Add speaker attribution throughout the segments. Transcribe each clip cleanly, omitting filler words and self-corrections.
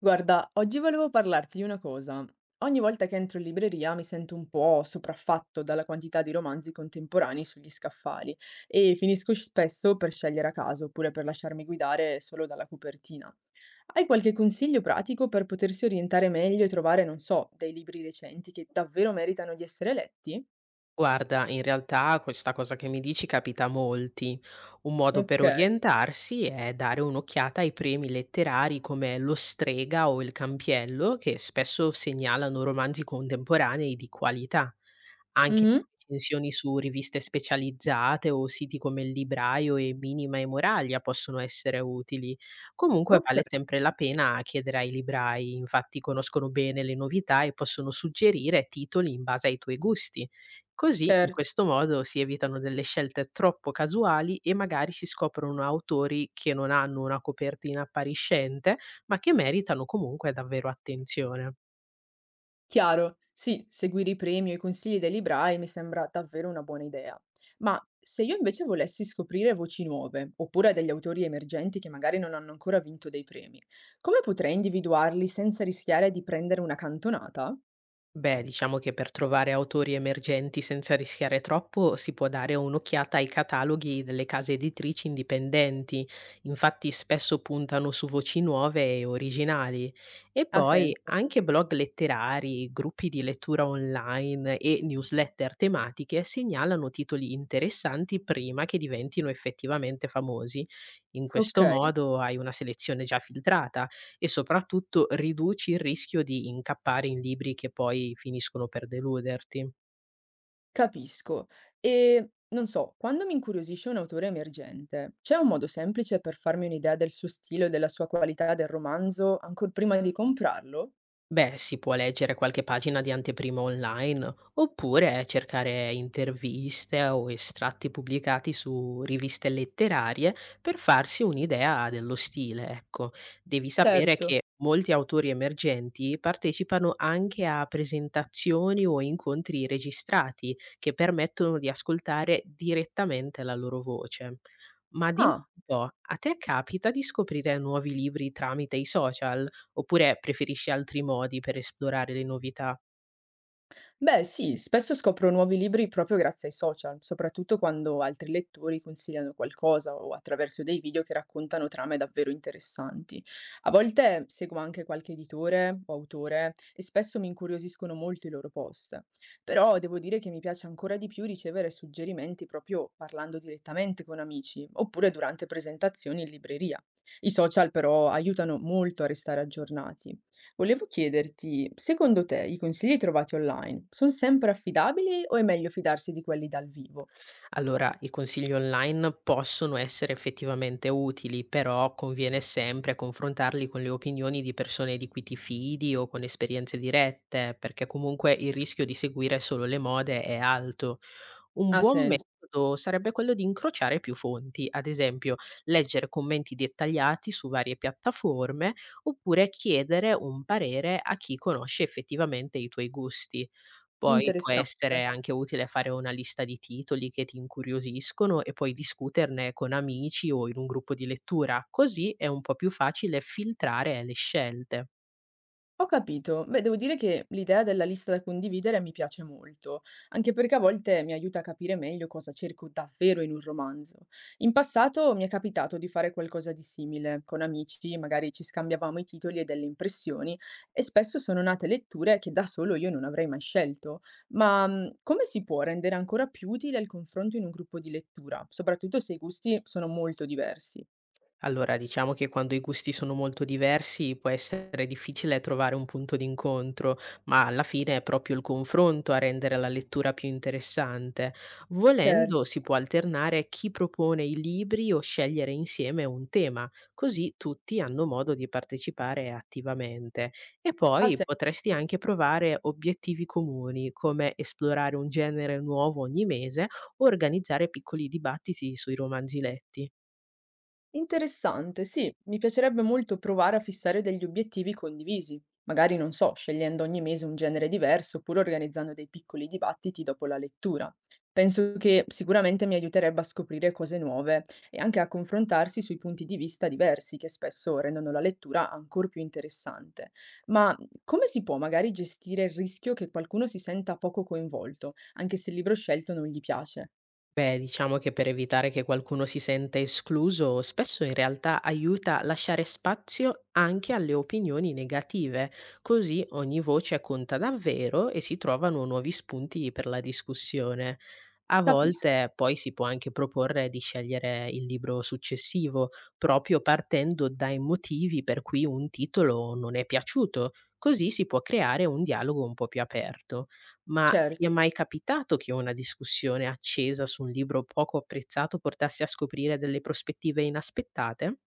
Speaker 1: Guarda, oggi volevo parlarti di una cosa. Ogni volta che entro in libreria mi sento un po' sopraffatto dalla quantità di romanzi contemporanei sugli scaffali e finisco spesso per scegliere a caso oppure per lasciarmi guidare solo dalla copertina. Hai qualche consiglio pratico per potersi orientare meglio e trovare, non so, dei libri recenti che davvero meritano di essere letti?
Speaker 2: Guarda, in realtà questa cosa che mi dici capita a molti. Un modo per
Speaker 1: Ok.
Speaker 2: orientarsi è dare un'occhiata ai premi letterari come Lo Strega o Il Campiello, che spesso segnalano romanzi contemporanei di qualità. Anche
Speaker 1: Mhm.
Speaker 2: recensioni su riviste specializzate o siti come Il Libraio e Minima e Moraglia possono essere utili. Comunque
Speaker 1: Ok,
Speaker 2: vale sempre la pena chiedere ai librai, infatti conoscono bene le novità e possono suggerire titoli in base ai tuoi gusti. Così, in
Speaker 1: certo.
Speaker 2: questo modo, si evitano delle scelte troppo casuali e magari si scoprono autori che non hanno una copertina appariscente, ma che meritano comunque davvero attenzione.
Speaker 1: Chiaro, sì, seguire i premi o i consigli dei librai mi sembra davvero una buona idea. Ma se io invece volessi scoprire voci nuove, oppure degli autori emergenti che magari non hanno ancora vinto dei premi, come potrei individuarli senza rischiare di prendere una cantonata?
Speaker 2: Beh, diciamo che per trovare autori emergenti senza rischiare troppo si può dare un'occhiata ai cataloghi delle case editrici indipendenti, infatti spesso puntano su voci nuove e originali. E
Speaker 1: Ha
Speaker 2: poi
Speaker 1: senso.
Speaker 2: anche blog letterari, gruppi di lettura online e newsletter tematiche segnalano titoli interessanti prima che diventino effettivamente famosi. In
Speaker 1: Ok,
Speaker 2: questo modo hai una selezione già filtrata e soprattutto riduci il rischio di incappare in libri che poi finiscono per deluderti.
Speaker 1: capisco. E non so, quando mi incuriosisce un autore emergente, c'è un modo semplice per farmi un'idea del suo stile o della sua qualità del romanzo ancora prima di comprarlo?
Speaker 2: Beh, si può leggere qualche pagina di anteprima online, oppure cercare interviste o estratti pubblicati su riviste letterarie per farsi un'idea dello stile, ecco. Devi sapere
Speaker 1: Certo.
Speaker 2: che molti autori emergenti partecipano anche a presentazioni o incontri registrati che permettono di ascoltare direttamente la loro voce. Ma dimmi
Speaker 1: Ah.
Speaker 2: un po', a te capita di scoprire nuovi libri tramite i social? Oppure preferisci altri modi per esplorare le novità?
Speaker 1: Beh sì, spesso scopro nuovi libri proprio grazie ai social, soprattutto quando altri lettori consigliano qualcosa o attraverso dei video che raccontano trame davvero interessanti. A volte seguo anche qualche editore o autore e spesso mi incuriosiscono molto i loro post, però devo dire che mi piace ancora di più ricevere suggerimenti proprio parlando direttamente con amici oppure durante presentazioni in libreria. I social però aiutano molto a restare aggiornati. Volevo chiederti, secondo te i consigli trovati online sono sempre affidabili o è meglio fidarsi di quelli dal vivo?
Speaker 2: Allora, i consigli online possono essere effettivamente utili, però conviene sempre confrontarli con le opinioni di persone di cui ti fidi o con esperienze dirette, perché comunque il rischio di seguire solo le mode è alto. Un
Speaker 1: Ha
Speaker 2: buon
Speaker 1: senso,
Speaker 2: metodo sarebbe quello di incrociare più fonti, ad esempio leggere commenti dettagliati su varie piattaforme oppure chiedere un parere a chi conosce effettivamente i tuoi gusti. Poi può essere
Speaker 1: interessante.
Speaker 2: anche utile fare una lista di titoli che ti incuriosiscono e poi discuterne con amici o in un gruppo di lettura, così è un po' più facile filtrare le scelte.
Speaker 1: Ho capito. Beh, devo dire che l'idea della lista da condividere mi piace molto, anche perché a volte mi aiuta a capire meglio cosa cerco davvero in un romanzo. In passato mi è capitato di fare qualcosa di simile con amici, magari ci scambiavamo i titoli e delle impressioni, e spesso sono nate letture che da solo io non avrei mai scelto. Ma come si può rendere ancora più utile il confronto in un gruppo di lettura, soprattutto se i gusti sono molto diversi?
Speaker 2: Allora, diciamo che quando i gusti sono molto diversi può essere difficile trovare un punto d'incontro, ma alla fine è proprio il confronto a rendere la lettura più interessante. Volendo,
Speaker 1: Certo,
Speaker 2: si può alternare chi propone i libri o scegliere insieme un tema, così tutti hanno modo di partecipare attivamente. E
Speaker 1: ha
Speaker 2: poi
Speaker 1: senso.
Speaker 2: potresti anche provare obiettivi comuni, come esplorare un genere nuovo ogni mese o organizzare piccoli dibattiti sui romanzi letti.
Speaker 1: Interessante, sì, mi piacerebbe molto provare a fissare degli obiettivi condivisi, magari non so, scegliendo ogni mese un genere diverso oppure organizzando dei piccoli dibattiti dopo la lettura. Penso che sicuramente mi aiuterebbe a scoprire cose nuove e anche a confrontarsi sui punti di vista diversi che spesso rendono la lettura ancora più interessante. Ma come si può magari gestire il rischio che qualcuno si senta poco coinvolto, anche se il libro scelto non gli piace?
Speaker 2: Beh, diciamo che per evitare che qualcuno si senta escluso, spesso in realtà aiuta a lasciare spazio anche alle opinioni negative, così ogni voce conta davvero e si trovano nuovi spunti per la discussione. A
Speaker 1: Capisco,
Speaker 2: volte poi si può anche proporre di scegliere il libro successivo, proprio partendo dai motivi per cui un titolo non è piaciuto, così si può creare un dialogo un po' più aperto. Ma ti è
Speaker 1: certo.
Speaker 2: mai capitato che una discussione accesa su un libro poco apprezzato portasse a scoprire delle prospettive inaspettate?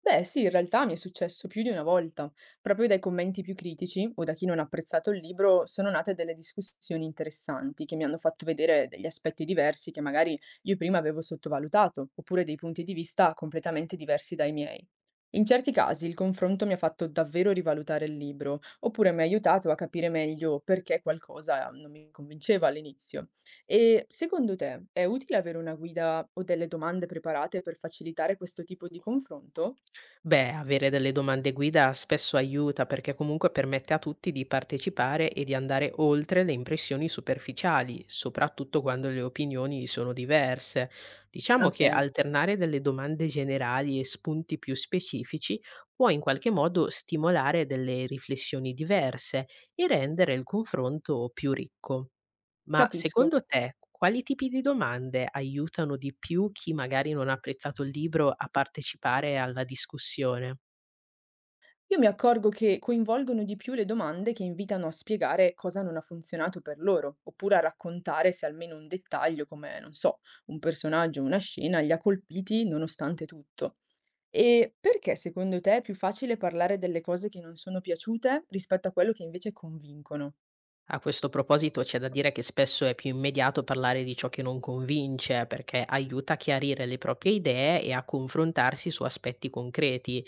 Speaker 1: Beh, sì, in realtà mi è successo più di una volta. Proprio dai commenti più critici o da chi non ha apprezzato il libro sono nate delle discussioni interessanti che mi hanno fatto vedere degli aspetti diversi che magari io prima avevo sottovalutato, oppure dei punti di vista completamente diversi dai miei. In certi casi il confronto mi ha fatto davvero rivalutare il libro, oppure mi ha aiutato a capire meglio perché qualcosa non mi convinceva all'inizio. E secondo te è utile avere una guida o delle domande preparate per facilitare questo tipo di confronto?
Speaker 2: Beh, avere delle domande guida spesso aiuta perché comunque permette a tutti di partecipare e di andare oltre le impressioni superficiali, soprattutto quando le opinioni sono diverse.
Speaker 1: Ha
Speaker 2: Diciamo che
Speaker 1: sen
Speaker 2: alternare delle domande generali e spunti più specifici può in qualche modo stimolare delle riflessioni diverse e rendere il confronto più ricco. Ma
Speaker 1: capisco.
Speaker 2: secondo te quali tipi di domande aiutano di più chi magari non ha apprezzato il libro a partecipare alla discussione?
Speaker 1: Io mi accorgo che coinvolgono di più le domande che invitano a spiegare cosa non ha funzionato per loro, oppure a raccontare se almeno un dettaglio come, non so, un personaggio o una scena li ha colpiti nonostante tutto. E perché secondo te è più facile parlare delle cose che non sono piaciute rispetto a quello che invece convincono?
Speaker 2: A questo proposito c'è da dire che spesso è più immediato parlare di ciò che non convince, perché aiuta a chiarire le proprie idee e a confrontarsi su aspetti concreti.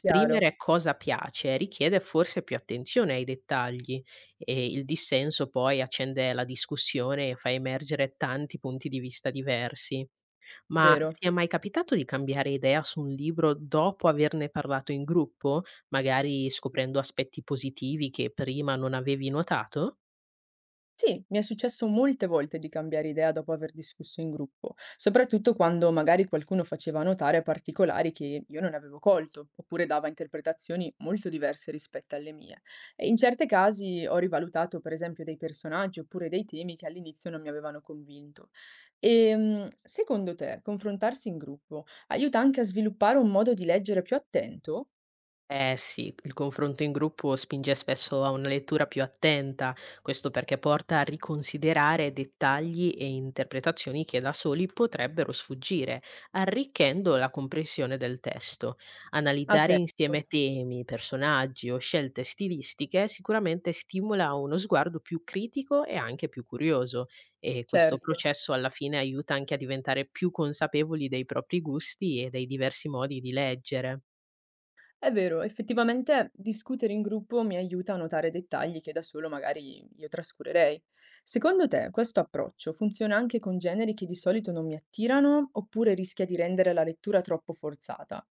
Speaker 1: Chiaro,
Speaker 2: cosa piace richiede forse più attenzione ai dettagli e il dissenso poi accende la discussione e fa emergere tanti punti di vista diversi. Ma
Speaker 1: vero.
Speaker 2: ti è mai capitato di cambiare idea su un libro dopo averne parlato in gruppo, magari scoprendo aspetti positivi che prima non avevi notato?
Speaker 1: Sì, mi è successo molte volte di cambiare idea dopo aver discusso in gruppo, soprattutto quando magari qualcuno faceva notare particolari che io non avevo colto, oppure dava interpretazioni molto diverse rispetto alle mie. E in certi casi ho rivalutato, per esempio, dei personaggi oppure dei temi che all'inizio non mi avevano convinto. E secondo te, confrontarsi in gruppo aiuta anche a sviluppare un modo di leggere più attento?
Speaker 2: Eh sì, il confronto in gruppo spinge spesso a una lettura più attenta, questo perché porta a riconsiderare dettagli e interpretazioni che da soli potrebbero sfuggire, arricchendo la comprensione del testo.
Speaker 1: Ha
Speaker 2: Analizzare
Speaker 1: senso,
Speaker 2: insieme temi, personaggi o scelte stilistiche sicuramente stimola uno sguardo più critico e anche più curioso e questo
Speaker 1: certo.
Speaker 2: processo alla fine aiuta anche a diventare più consapevoli dei propri gusti e dei diversi modi di leggere.
Speaker 1: È vero, effettivamente discutere in gruppo mi aiuta a notare dettagli che da solo magari io trascurerei. Secondo te, questo approccio funziona anche con generi che di solito non mi attirano, oppure rischia di rendere la lettura troppo forzata?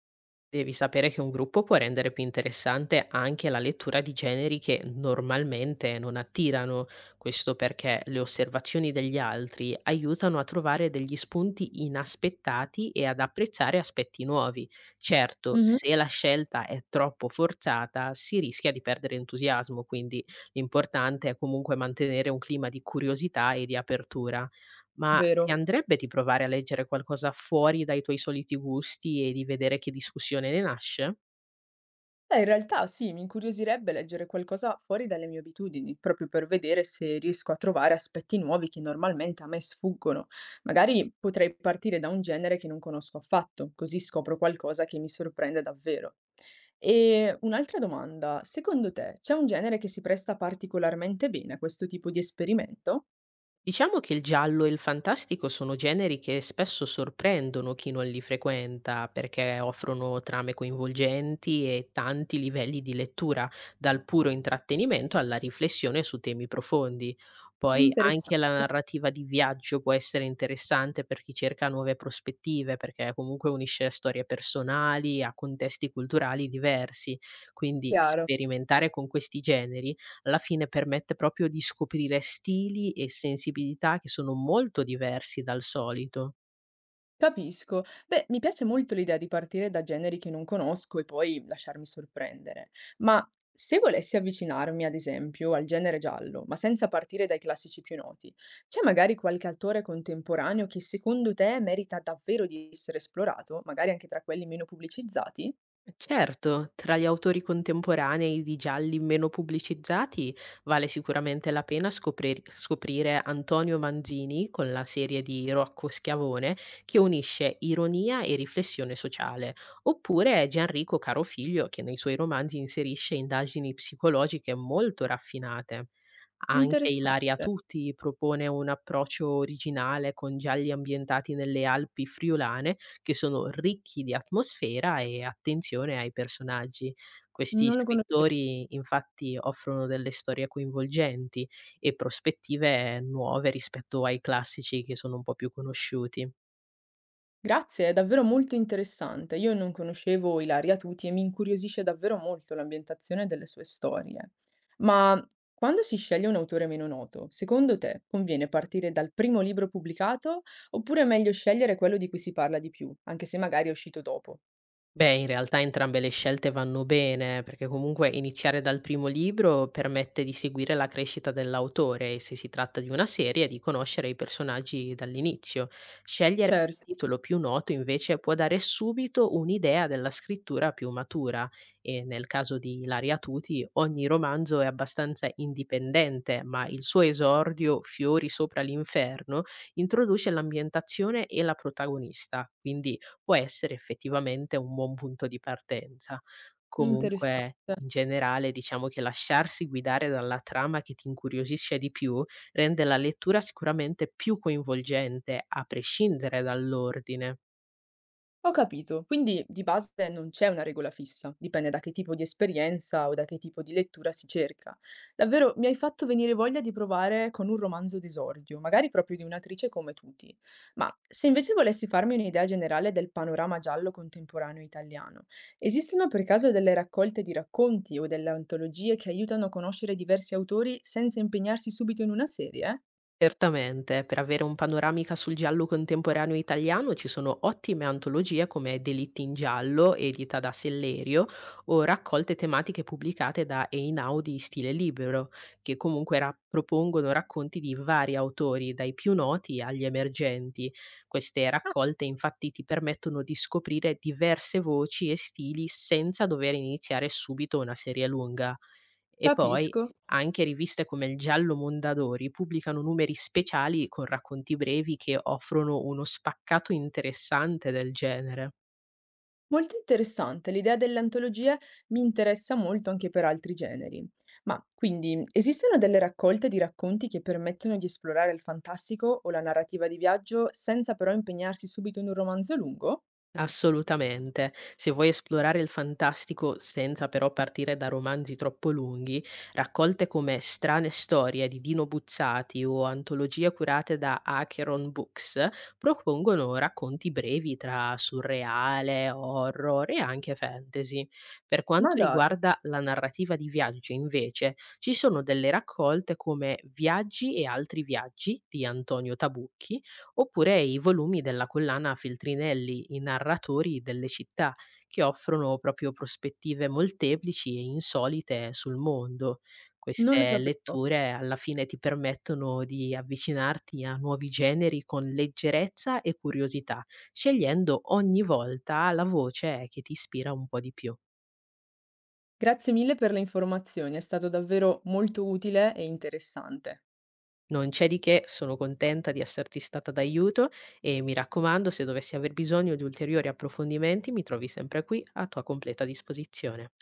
Speaker 2: Devi sapere che un gruppo può rendere più interessante anche la lettura di generi che normalmente non attirano, questo perché le osservazioni degli altri aiutano a trovare degli spunti inaspettati e ad apprezzare aspetti nuovi. Certo,
Speaker 1: Mhm,
Speaker 2: se la scelta è troppo forzata si rischia di perdere entusiasmo, quindi l'importante è comunque mantenere un clima di curiosità e di apertura. Ma ti
Speaker 1: vero.
Speaker 2: andrebbe di provare a leggere qualcosa fuori dai tuoi soliti gusti e di vedere che discussione ne nasce?
Speaker 1: Beh, in realtà sì, mi incuriosirebbe leggere qualcosa fuori dalle mie abitudini, proprio per vedere se riesco a trovare aspetti nuovi che normalmente a me sfuggono. Magari potrei partire da un genere che non conosco affatto, così scopro qualcosa che mi sorprende davvero. E un'altra domanda, secondo te c'è un genere che si presta particolarmente bene a questo tipo di esperimento?
Speaker 2: Diciamo che il giallo e il fantastico sono generi che spesso sorprendono chi non li frequenta perché offrono trame coinvolgenti e tanti livelli di lettura, dal puro intrattenimento alla riflessione su temi profondi. Poi anche la
Speaker 1: Interessante,
Speaker 2: narrativa di viaggio può essere interessante per chi cerca nuove prospettive, perché comunque unisce a storie personali a contesti culturali diversi. Quindi
Speaker 1: chiaro.
Speaker 2: sperimentare con questi generi alla fine permette proprio di scoprire stili e sensibilità che sono molto diversi dal solito.
Speaker 1: Capisco. Beh, mi piace molto l'idea di partire da generi che non conosco e poi lasciarmi sorprendere. Ma se volessi avvicinarmi, ad esempio, al genere giallo, ma senza partire dai classici più noti, c'è magari qualche autore contemporaneo che secondo te merita davvero di essere esplorato, magari anche tra quelli meno pubblicizzati?
Speaker 2: Certo, tra gli autori contemporanei di gialli meno pubblicizzati vale sicuramente la pena scoprire Antonio Manzini con la serie di Rocco Schiavone che unisce ironia e riflessione sociale, oppure Gianrico Carofiglio che nei suoi romanzi inserisce indagini psicologiche molto raffinate. Anche Ilaria
Speaker 1: Interessante.
Speaker 2: Tutti propone un approccio originale con gialli ambientati nelle Alpi friulane che sono ricchi di atmosfera e attenzione ai personaggi. Questi
Speaker 1: Non lo conoscevo.
Speaker 2: scrittori infatti offrono delle storie coinvolgenti e prospettive nuove rispetto ai classici che sono un po' più conosciuti.
Speaker 1: Grazie, è davvero molto interessante. Io non conoscevo Ilaria Tuti e mi incuriosisce davvero molto l'ambientazione delle sue storie. Ma quando si sceglie un autore meno noto, secondo te conviene partire dal primo libro pubblicato oppure è meglio scegliere quello di cui si parla di più, anche se magari è uscito dopo?
Speaker 2: Beh, in realtà entrambe le scelte vanno bene, perché comunque iniziare dal primo libro permette di seguire la crescita dell'autore e se si tratta di una serie di conoscere i personaggi dall'inizio. Scegliere
Speaker 1: Certo,
Speaker 2: il titolo più noto invece può dare subito un'idea della scrittura più matura e nel caso di Ilaria Tuti ogni romanzo è abbastanza indipendente, ma il suo esordio Fiori sopra l'inferno introduce l'ambientazione e la protagonista, quindi può essere effettivamente un buon punto di partenza. Mh. Comunque,
Speaker 1: interessante.
Speaker 2: in generale, diciamo che lasciarsi guidare dalla trama che ti incuriosisce di più, rende la lettura sicuramente più coinvolgente, a prescindere dall'ordine.
Speaker 1: Ho capito, quindi di base non c'è una regola fissa, dipende da che tipo di esperienza o da che tipo di lettura si cerca. Davvero mi hai fatto venire voglia di provare con un romanzo d'esordio, magari proprio di un'attrice come tutti. Ma se invece volessi farmi un'idea generale del panorama giallo contemporaneo italiano, esistono per caso delle raccolte di racconti o delle antologie che aiutano a conoscere diversi autori senza impegnarsi subito in una serie?
Speaker 2: Certamente, per avere un panoramica sul giallo contemporaneo italiano ci sono ottime antologie come Delitti in giallo, edita da Sellerio, o raccolte tematiche pubblicate da Einau di Stile Libero, che comunque propongono racconti di vari autori, dai più noti agli emergenti. Queste
Speaker 1: Ah,
Speaker 2: raccolte infatti ti permettono di scoprire diverse voci e stili senza dover iniziare subito una serie lunga. E poi
Speaker 1: capisco.
Speaker 2: anche riviste come il Giallo Mondadori pubblicano numeri speciali con racconti brevi che offrono uno spaccato interessante del genere.
Speaker 1: Molto interessante, l'idea dell'antologia mi interessa molto anche per altri generi. Ma quindi esistono delle raccolte di racconti che permettono di esplorare il fantastico o la narrativa di viaggio senza però impegnarsi subito in un romanzo lungo?
Speaker 2: Assolutamente. Se vuoi esplorare il fantastico senza però partire da romanzi troppo lunghi, raccolte come Strane storie di Dino Buzzati o antologie curate da Acheron Books propongono racconti brevi tra surreale, horror e anche fantasy. Per
Speaker 1: Ma
Speaker 2: quanto
Speaker 1: dai,
Speaker 2: riguarda la narrativa di viaggio, invece, ci sono delle raccolte come Viaggi e altri viaggi di Antonio Tabucchi oppure i volumi della collana Feltrinelli, I narratori delle città, che offrono proprio prospettive molteplici e insolite sul mondo.
Speaker 1: non lo
Speaker 2: Queste
Speaker 1: sapevo.
Speaker 2: letture alla fine ti permettono di avvicinarti a nuovi generi con leggerezza e curiosità, scegliendo ogni volta la voce che ti ispira un po' di più.
Speaker 1: Grazie mille per le informazioni, è stato davvero molto utile e interessante.
Speaker 2: Non c'è di che, sono contenta di esserti stata d'aiuto e mi raccomando, se dovessi aver bisogno di ulteriori approfondimenti, mi trovi sempre qui a tua completa disposizione.